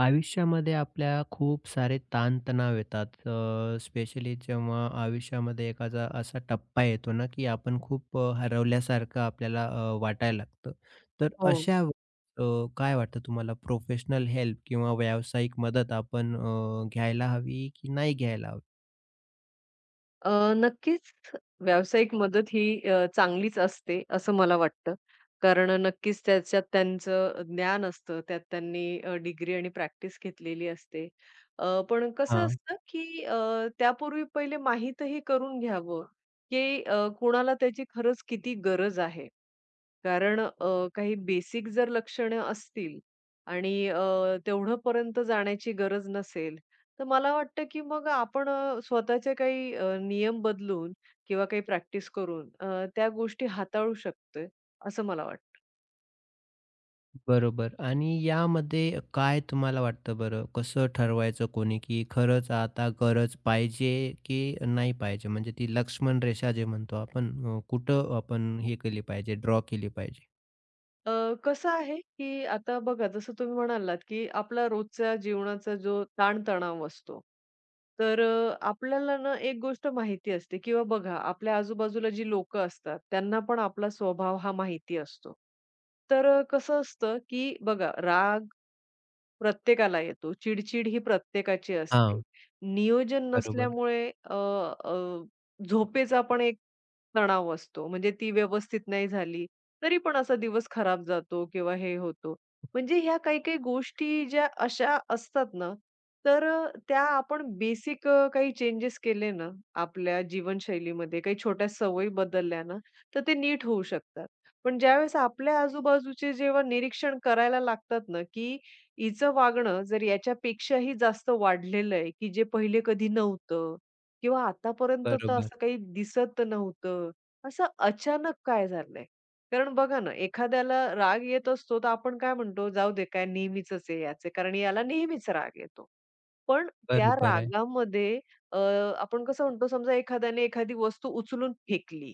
आयुष्यामध्ये आपल्या खूप सारे ताणतणाव येतात. स्पेशली जेव्हा आयुष्यामध्ये एखादा असा टप्पा येतो ना, की आपण खूप हरवल्यासारखं आपल्याला वाटायला लागतं. तर हो. अशा वेळेस काय वाटतं तुम्हाला प्रोफेशनल हेल्प किंवा व्यावसायिक मदत आपण घ्यायला हवी की नाही घ्यायला हवी? अ, नक्कीच व्यावसायिक मदत ही चांगलीच असते असं मला वाटतं. कारण नक्कीच त्याच्यात त्यांचं ज्ञान असतं. त्यात त्यांनी डिग्री आणि प्रॅक्टिस घेतलेली असते. पण कसं असतं, की त्यापूर्वी पहिले माहीतही करून घ्यावं, की कुणाला त्याची खरंच किती गरज आहे. कारण काही बेसिक जर लक्षणं असतील आणि तेवढंपर्यंत जाण्याची गरज नसेल, तर मला वाटतं, की मग आपण स्वतःचे काही नियम बदलून किंवा काही प्रॅक्टिस करून त्या गोष्टी हाताळू शकतोय, असं मला वाटतं. बरोबर आणि यामध्ये काय तुम्हाला वाटतं बरं? कसं ठरवायचं कोणी, की खरंच आता गरज पाहिजे, की नाही पाहिजे? म्हणजे ती लक्ष्मण रेषा जे म्हणतो आपण कुठं आपण हे केली पाहिजे, ड्रॉ केली पाहिजे? कसं आहे, की आता बघा जसं तुम्ही म्हणालात, की आपला रोजच्या जीवनाचा जो ताणतणाव असतो, तर आपल्याला ना एक गोष्ट माहिती असते किंवा बघा आपल्या आजूबाजूला जी लोकं असतात, त्यांना पण आपला स्वभाव हा माहिती असतो. तर कसं असतं, की बघा राग प्रत्येकाला येतो. चिड-चिड ही प्रत्येकाची असते. हां, नियोजन बरोबर, नसल्यामुळे अ, अ, झोपेचा पण एक तणाव असतो. म्हणजे ती व्यवस्थित नाही झाली, तरी पण असा दिवस खराब जातो किंवा हे होतो. म्हणजे ह्या काही-काही गोष्टी ज्या अशा असतात ना, तर त्या आपण बेसिक काही चेंजेस केले ना, आपल्या जीवनशैलीमध्ये काही छोट्या सवयी बदलल्या ना, तर ते नीट होऊ शकतात. पण ज्यावेळेस आपल्या आजूबाजूचे जेव्हा निरीक्षण करायला लागतात ना, की हिचं वागणं जर याच्यापेक्षाही जास्त वाढलेलं आहे, की जे पहिले कधी नव्हतं किंवा आतापर्यंत तर बरोबर, असं काही दिसत नव्हतं. असं अचानक काय झालंय? कारण बघा ना, एखाद्याला राग येत असतो, तर आपण काय म्हणतो, "जाऊ दे, काय नेहमीचंच आहे याचे." कारण याला नेहमीच राग येतो. पण त्या बरोबर आहे. रागामध्ये अ, आपण कसं म्हणतो, समजा एखाद्याने एखादी वस्तू उचलून फेकली,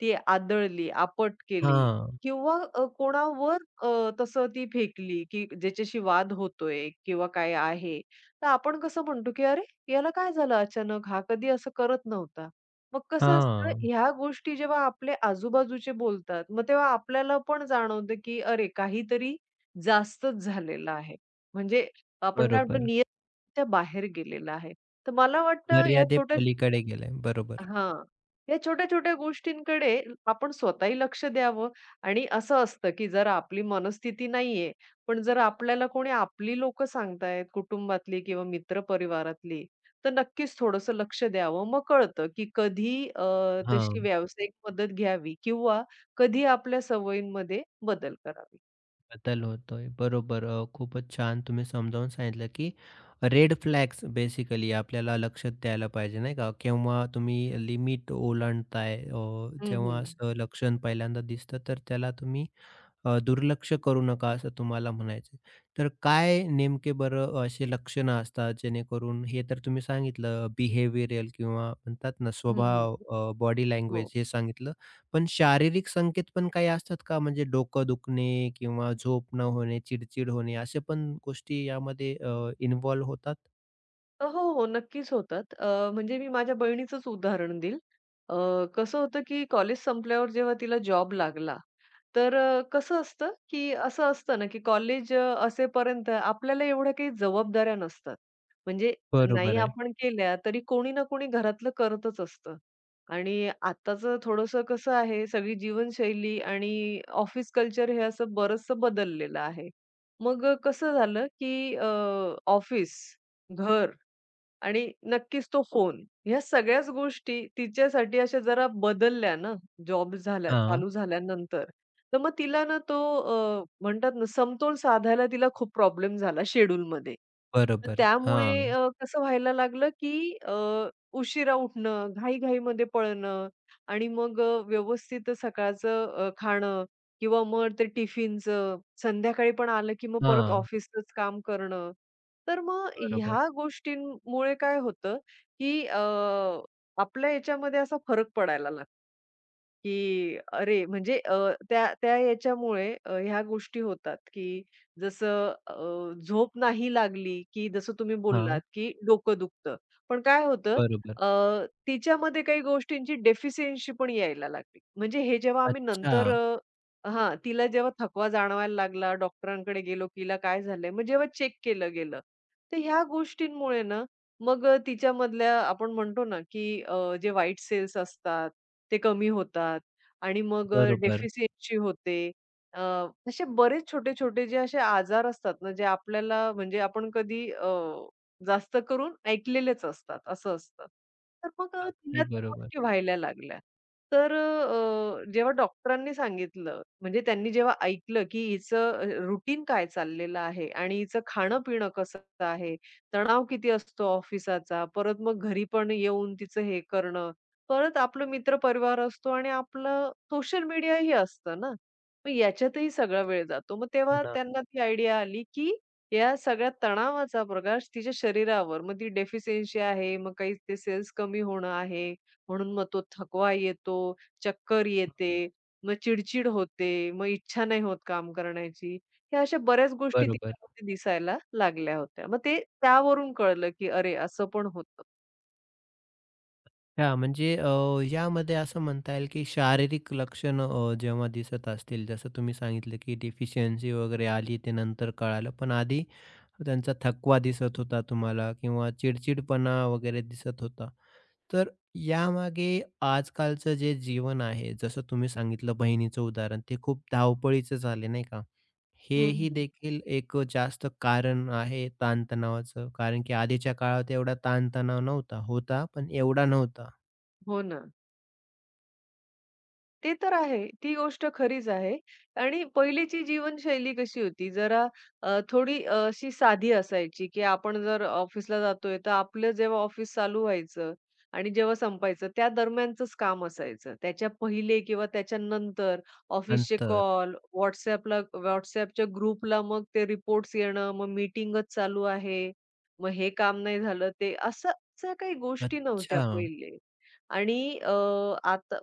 ती आदळली, आपट केली. हां, किंवा कोणावर तसं ती फेकली, की ज्याच्याशी वाद होतोय किंवा काय आहे, तर आपण कसं म्हणतो, की "अरे, याला काय झालं अचानक? हा कधी असं करत नव्हता." मग कसं असतं, हां, ह्या गोष्टी जेव्हा आपले आजूबाजूचे बोलतात, मग तेव्हा आपल्याला पण जाणवतं, की "अरे, काहीतरी जास्तच झालेलं आहे." म्हणजे आपण काय म्हणतो, बरोबर. नियमाच्या बाहेर गेलेलं आहे. तर मला वाटतं, या छोट्या मर्यादेपलीकडे गेलंय. बरोबर. हां. या छोट्या-छोट्या गोष्टींकडे आपण स्वतःही लक्ष द्यावं आणि असं असतं, की जर आपली मनस्थिती नाहीये, पण जर आपल्याला कोणी आपली लोक सांगतायत, कुटुंबातली किंवा मित्र परिवारातली, तर नक्कीच थोडंसं लक्ष द्यावं. मग कळतं, की कधी तशी हां. व्यावसायिक मदत घ्यावी किंवा कधी आपल्या सवयींमध्ये बदल करावे. बदल होतोय. बरोबर. खूपच छान तुम्ही समजावून सांगितलं, की रेड फ्लॅग्स बेसिकली आपल्याला लक्षात द्यायला पाहिजे नाही का? केव्हा तुम्ही लिमिट ओलांडताय, हं, हं. जेव्हा असं लक्षण पहिल्यांदा दिसतं तर त्याला तुम्ही दुर्लक्ष करू नका असं तुम्हाला म्हणायचं आहे. तर काय नेमके बरं असे लक्षणं असतात जेणेकरून हे तर तुम्ही सांगितलं बिहेवियरल किंवा म्हणतात ना हं, हं. स्वभाव, बॉडी हो. लँग्वेज हे सांगितलं. पण शारीरिक संकेत पण काही असतात का? म्हणजे डोकं दुखणे किंवा झोप न होणे, चिडचिड होणे अशा पण गोष्टी यामध्ये होतात? हो, हो. नक्कीच होतात. म्हणजे मी माझ्या बहिणीचंच उदाहरण देईल. अ, कसं होतं, की कॉलेज संपल्यावर जेव्हा तिला जॉब लागला, तर कसं असतं, की असं असतं ना, की कॉलेज असेपर्यंत आपल्याला एवढ्या काही जबाबदाऱ्या नसतात. म्हणजे नाही बरोबर आहे. आपण केल्या, तरी कोणी ना कोणी घरातलं करतच असतं. आणि आत्ताचं थोडंसं कसं आहे, सगळी जीवनशैली आणि ऑफिस कल्चर हे असं बरचसं बदललेलं आहे. मग कसं झालं, की ऑफिस, घर आणि नक्कीच तो फोन. ह्या सगळ्याच गोष्टी तिच्यासाठी अशा जरा बदलल्या ना, जॉब झाल्या हां, चालू झाल्यानंतर. तर मग तिला ना तो म्हणतात ना समतोल साधायला तिला खूप प्रॉब्लेम झाला शेड्यूलमध्ये. तर बरोबर. त्यामुळे हां, कसं व्हायला लागलं, की उशिरा उठणं, घाई-घाईमध्ये पळणं आणि मग व्यवस्थित सकाळचं खाणं किंवा मग ते टिफिनचं, संध्याकाळी पण आलं, की मग परत हां, ऑफिसचंच काम करणं. तर मग बरोबर. ह्या गोष्टींमुळे काय होतं, की आपल्या याच्यामध्ये असा फरक पडायला लागतो. की अरे, म्हणजे त्या त्या याच्यामुळे ह्या गोष्टी होतात, की जसं झोप नाही लागली, की जसं तुम्ही हां, बोललात, की डोकं दुखतं. पण काय होतं बरोबर. अ, तिच्यामध्ये काही गोष्टींची डेफिशियन्सी पण यायला लागली. म्हणजे हे जेव्हा आम्ही अच्छा, नंतर हां, तिला जेव्हा थकवा जाणवायला लागला, डॉक्टरांकडे गेलो, की हिला काय झालंय? मग जेव्हा चेक केलं गेलं, तर ह्या गोष्टींमुळे ना, मग तिच्यामधल्या आपण म्हणतो ना, की जे वाईट सेल्स असतात ते कमी होतात आणि मग बरोबर. डेफिसियन्सी होते. अ, असे बरेच छोटे-छोटे जे असे आजार असतात ना, जे आपल्याला म्हणजे आपण कधी जास्त करून ऐकलेलेच असतात, असं असतं. तर मग तिला अगदी त्या बरोबर. गोष्टी व्हायला लागल्या. तर जेव्हा डॉक्टरांनी सांगितलं, म्हणजे त्यांनी जेव्हा ऐकलं, की हिचं रुटीन काय चाललेलं आहे आणि हिचं खाणं-पिणं कसं आहे, तणाव किती असतो ऑफिसचा, परत मग घरी पण येऊन तिचं हे करणं. परत आपलं मित्र परिवार असतो आणि आपलं सोशल मीडियाही असतं ना. मग याच्यातही सगळा वेळ जातो. मग हो तेव्हा ना. त्यांना ती आयडिया आली, की या सगळ्या तणावाचा प्रकाश तिच्या शरीरावर, मग ती डेफिशियन्सी आहे, मग काही ते सेल्स कमी होणं आहे, म्हणून मग तो थकवा येतो, चक्कर येते, मग चिडचिड होते, मग इच्छा नाही होत काम करण्याची. ह्या अशा बऱ्याच गोष्टी बरोबर. तिच्यामध्ये दिसायला लागल्या होत्या. मग ते त्यावरून कळलं, की अरे असं पण होतं. हां, म्हणजे यामध्ये असं म्हणता येईल, की शारीरिक लक्षणं जेव्हा दिसत असतील, जसं तुम्ही सांगितलं, की डेफिशियन्सी वगैरे आली ते नंतर कळालं. पण आधी त्यांचा थकवा दिसत होता तुम्हाला किंवा चिडचिडपणा वगैरे दिसत होता? तर यामागे आजकालचं जे जीवन आहे, जसं तुम्ही सांगितलं बहिणीचं उदाहरण, ते खूप धावपळीचं झाले नाही का? हेही हं, देखील एक जास्त कारण आहे ताणतणावाचं. कारण की आधीच्या काळात एवढा ताणतणाव नव्हता. होता, पण एवढा नव्हता. हो ना. ते तर आहे. ती गोष्ट खरीच आहे आणि पहिलीची जीवनशैली कशी होती जरा थोडी अशी साधी असायची, की आपण जर ऑफिसला जातोय, तर आपलं जेव्हा ऑफिस चालू व्हायचं आणि जेव्हा संपायचं त्या दरम्यानचंच काम असायचं. त्याच्या पहिले किंवा त्याच्यानंतर ऑफिसचे अंतर. कॉल, WhatsAppला WhatsAppच्या ग्रुपला मग ते रिपोर्ट्स येणं, मग मीटिंगच चालू आहे, मग हे काम नाही झालं ते असं, असं काही गोष्टी नव्हत्या अच्छा. पहिले आणि आता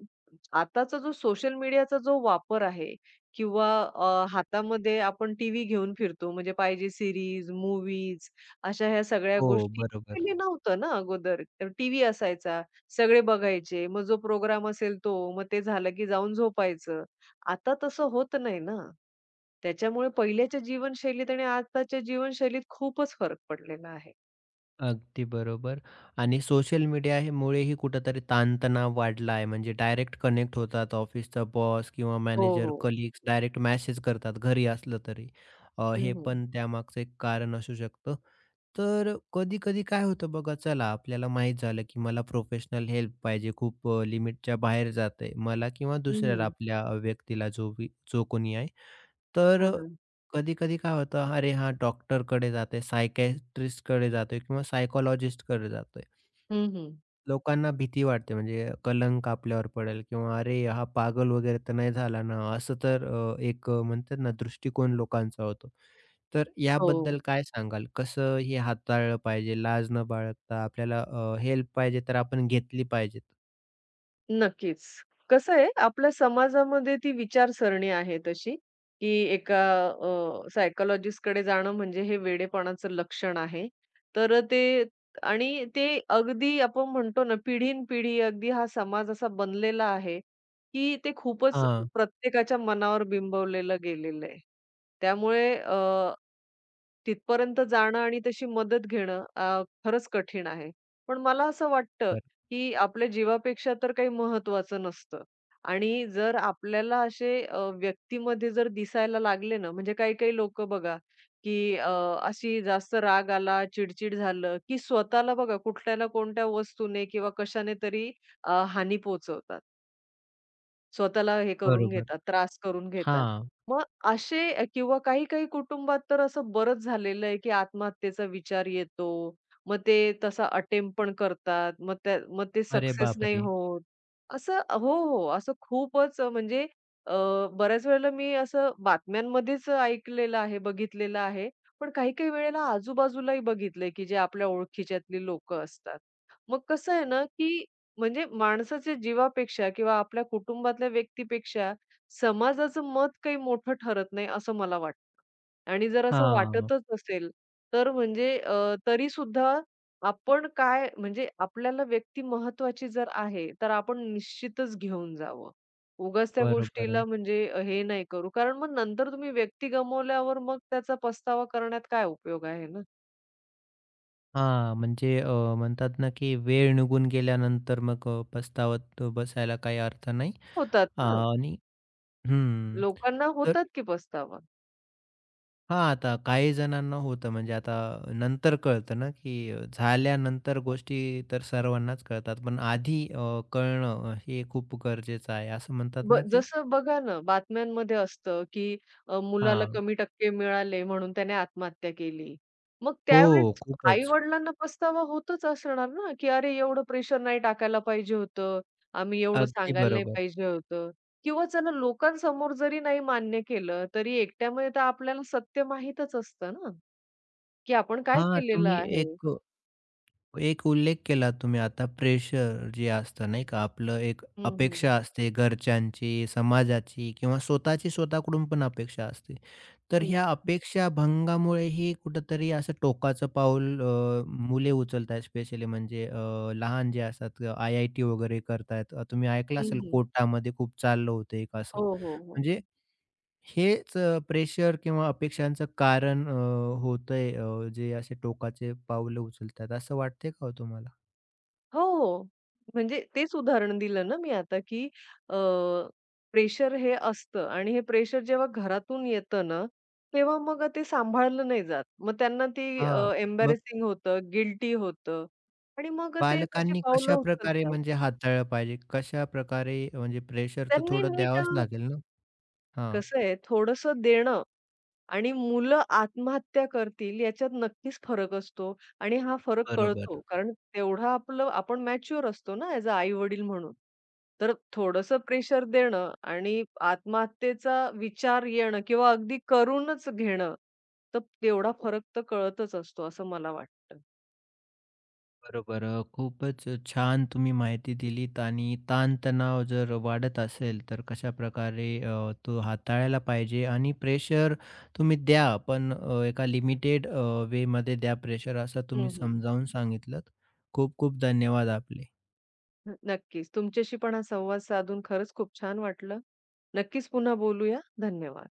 आताचा जो सोशल मीडियाचा जो वापर आहे किंवा हातामध्ये आपण टीव्ही घेऊन फिरतो म्हणजे पाहिजे सीरीज, मूव्हीज अशा ह्या सगळ्या हो, गोष्टी बरोबर. पहिले नव्हतं ना अगोदर. टीव्ही असायचा, सगळे बघायचे. मग जो प्रोग्राम असेल तो, मग ते झालं की जाऊन झोपायचं. आता तसं होत नाही ना. त्याच्यामुळे पहिल्याच्या जीवनशैलीत आणि आताच्या जीवनशैलीत खूपच फरक पडलेला आहे. अगदी बरोबर आणि सोशल मीडिया हे मुळेही कुठेतरी ताणतणाव वाढला आहे. म्हणजे डायरेक्ट कनेक्ट होतात ऑफिसचा बॉस किंवा हो, मॅनेजर, हो. कलीग्स डायरेक्ट मेसेज करतात घरी असलं तरी. हं, हे हं. पण त्यामागचं एक कारण असू शकतं. तर कधी-कधी काय होतं बघा, चला आपल्याला माहीत झालं, की मला प्रोफेशनल हेल्प पाहिजे, खूप लिमिटच्या बाहेर जातंय मला किंवा हं, दुसऱ्याला हं. आपल्या व्यक्तीला जो बी जो कोणी आहे. तर हं, हं. कधी-कधी काय होतं, "अरे हां, डॉक्टरकडे जातोय, सायकियाट्रिस्टकडे जातोय किंवा सायकॉलॉजिस्टकडे जातोय." लोकांना भीती वाटते म्हणजे कलंक आपल्यावर पडेल किंवा "अरे हा पागल वगैरे तर नाही झाला ना?" असं तर एक म्हणतात ना दृष्टिकोन लोकांचा होतो. तर हो. याबद्दल काय सांगाल? कसं हे हाताळलं पाहिजे? लाज न बाळगता आपल्याला हेल्प पाहिजे तर आपण घेतली पाहिजे. नक्कीच. कसं आहे, आपल्या समाजामध्ये ती विचारसरणी आहे तशी, की एका अ, कडे जाणं म्हणजे हे वेडेपणाचं लक्षण आहे. तर ते आणि ते अगदी आपण म्हणतो ना, पिढीनपिढी अगदी हा समाज असा बनलेला आहे, की ते खूपच हां, प्रत्येकाच्या मनावर बिंबवलेलं गेलेलं आहे. त्यामुळे तिथपर्यंत जाणं आणि तशी मदत घेणं खरंच कठीण आहे. पण मला असं वाटतं, बर की आपल्या जीवापेक्षा तर काही महत्त्वाचं नसतं. आणि जर आपल्याला असे व्यक्तीमध्ये जर दिसायला लागले ना, म्हणजे काही-काही लोकं बघा, की अशी जास्त राग आला, चिडचिड झालं, की स्वतःला बघा कुठल्या ना कोणत्या वस्तूने किंवा कशाने तरी हानी पोहोचवतात. स्वतःला हे करून बरोबर. घेतात, त्रास करून घेतात. हां. मग असे किंवा काही-काही कुटुंबात तर असं बरंच झालेलं आहे, की आत्महत्येचा विचार येतो. मग ते तसा अटेम्प्ट पण करतात. मग ते अरे सक्सेस नाही बापरे! होत. असं हो, हो. असं खूपच म्हणजे अ, बऱ्याच वेळेला मी असं बातम्यांमध्येच ऐकलेलं आहे, बघितलेलं आहे. पण काही-काही वेळेला आजूबाजूलाही बघितलंय, की जे आपल्या ओळखीच्यातली लोकं असतात. मग कसं आहे ना, की म्हणजे माणसाच्या जीवापेक्षा किंवा आपल्या कुटुंबातल्या व्यक्तीपेक्षा समाजाचं मत काही मोठं ठरत नाही, असं मला वाटतं आणि जर असं हां, वाटतच असेल, तर म्हणजे तरीसुद्धा आपण काय म्हणजे आपल्याला व्यक्ती महत्त्वाची जर आहे, तर आपण निश्चितच घेऊन जावं. उगाच त्या बरोबर आहे. गोष्टीला म्हणजे हे नाही करू. कारण मग नंतर तुम्ही व्यक्ती गमावल्यावर मग त्याचा पस्तावा करण्यात काय उपयोग आहे ना? हां, म्हणजे म्हणतात ना, की वेळ निघून गेल्यानंतर मग पस्तावत बसायला काही अर्थ नाही. होतात ना, आणि हं. लोकांना तर होतात की पस्तावा. हां, आता काही जणांना होतं म्हणजे आता नंतर कळतं ना, की झाल्यानंतर गोष्टी तर सर्वांनाच कळतात. पण आधी कळणं हे खूप गरजेचं आहे. असं म्हणतात ब ना, की जसं बघा ना, बातम्यांमध्ये असतं, की मुलाला हां. कमी टक्के मिळाले म्हणून त्याने आत्महत्या केली. मग हो, त्यावेळेस खूपच. आई-वडिलांना पस्तावा होतच असणार ना, की "अरे, एवढं प्रेशर नाही टाकायला पाहिजे होतं. आम्ही एवढं अगदी सांगायला नाही बरोबर. पाहिजे होतं." किंवा चला लोकांसमोर जरी नाही मान्य केलं, तरी एकट्यामध्ये तर आपल्याला सत्य माहीतच असतं ना, की आपण काय हां, केलेलं तुम्ही आहे. एक एक उल्लेख केला तुम्ही आता प्रेशर जे असतं नाही का आपलं एक हं, हं. अपेक्षा असते घरच्यांची, समाजाची किंवा स्वतःची स्वतःकडून पण अपेक्षा असते. तर हं, ह्या अपेक्षा भंगामुळेही कुठेतरी असं टोकाचं पाऊल मुले उचलतायत स्पेशली म्हणजे लहान जे असतात आय-आय-टी वगैरे करतायत. तुम्ही ऐकलं हं, असेल हं. कोटामध्ये खूप चाललं होतं एक असं. हो, हो, हो. म्हणजे हेच प्रेशर किंवा अपेक्षांचं कारण होतंय जे असे टोकाचे पाऊलं उचलतात असं वाटतंय का हो तुम्हाला? हो. म्हणजे तेच उदाहरण दिलं ना मी आता, की प्रेशर हे असतं आणि हे प्रेशर जेव्हा घरातून येतं ना, तेव्हा मग ते सांभाळलं नाही जात. मग त्यांना ती हां, मग हो. होतं, गिल्टी होतं आणि मग ते तशी पालकांनी पावलं कशाप्रकारे उचलतात. म्हणजे हाताळलं पाहिजे? कशाप्रकारे म्हणजे प्रेशर तर त्यांनी थोडं नीट द्यावंच लागेल ना? हां. कसं आहे थोडंसं देणं आणि मुलं आत्महत्या करतील याच्यात नक्कीच फरक असतो आणि हा फरक बरोबर, कळतो. कारण तेवढा आपलं आपण मॅच्युअर असतो ना ॲज अ आई-वडील म्हणून. तर थोडंसं प्रेशर देणं आणि आत्महत्येचा विचार येणं किंवा अगदी करूनच घेणं, तर तेवढा फरक तर कळतच असतो असं मला वाटतं. बरोबर. खूपच छान तुम्ही माहिती दिलीत आणि ताणतणाव जर वाढत असेल, तर कशाप्रकारे तो हाताळायला पाहिजे आणि प्रेशर तुम्ही द्या, पण एका लिमिटेड वेमध्ये द्या प्रेशर, असं तुम्ही हं, हं. समजावून सांगितलंत. खूप खूप धन्यवाद आपले. नक्कीच. तुमच्याशी पण हा संवाद साधून खरंच खूप छान वाटलं. नक्कीच पुन्हा बोलूया. धन्यवाद.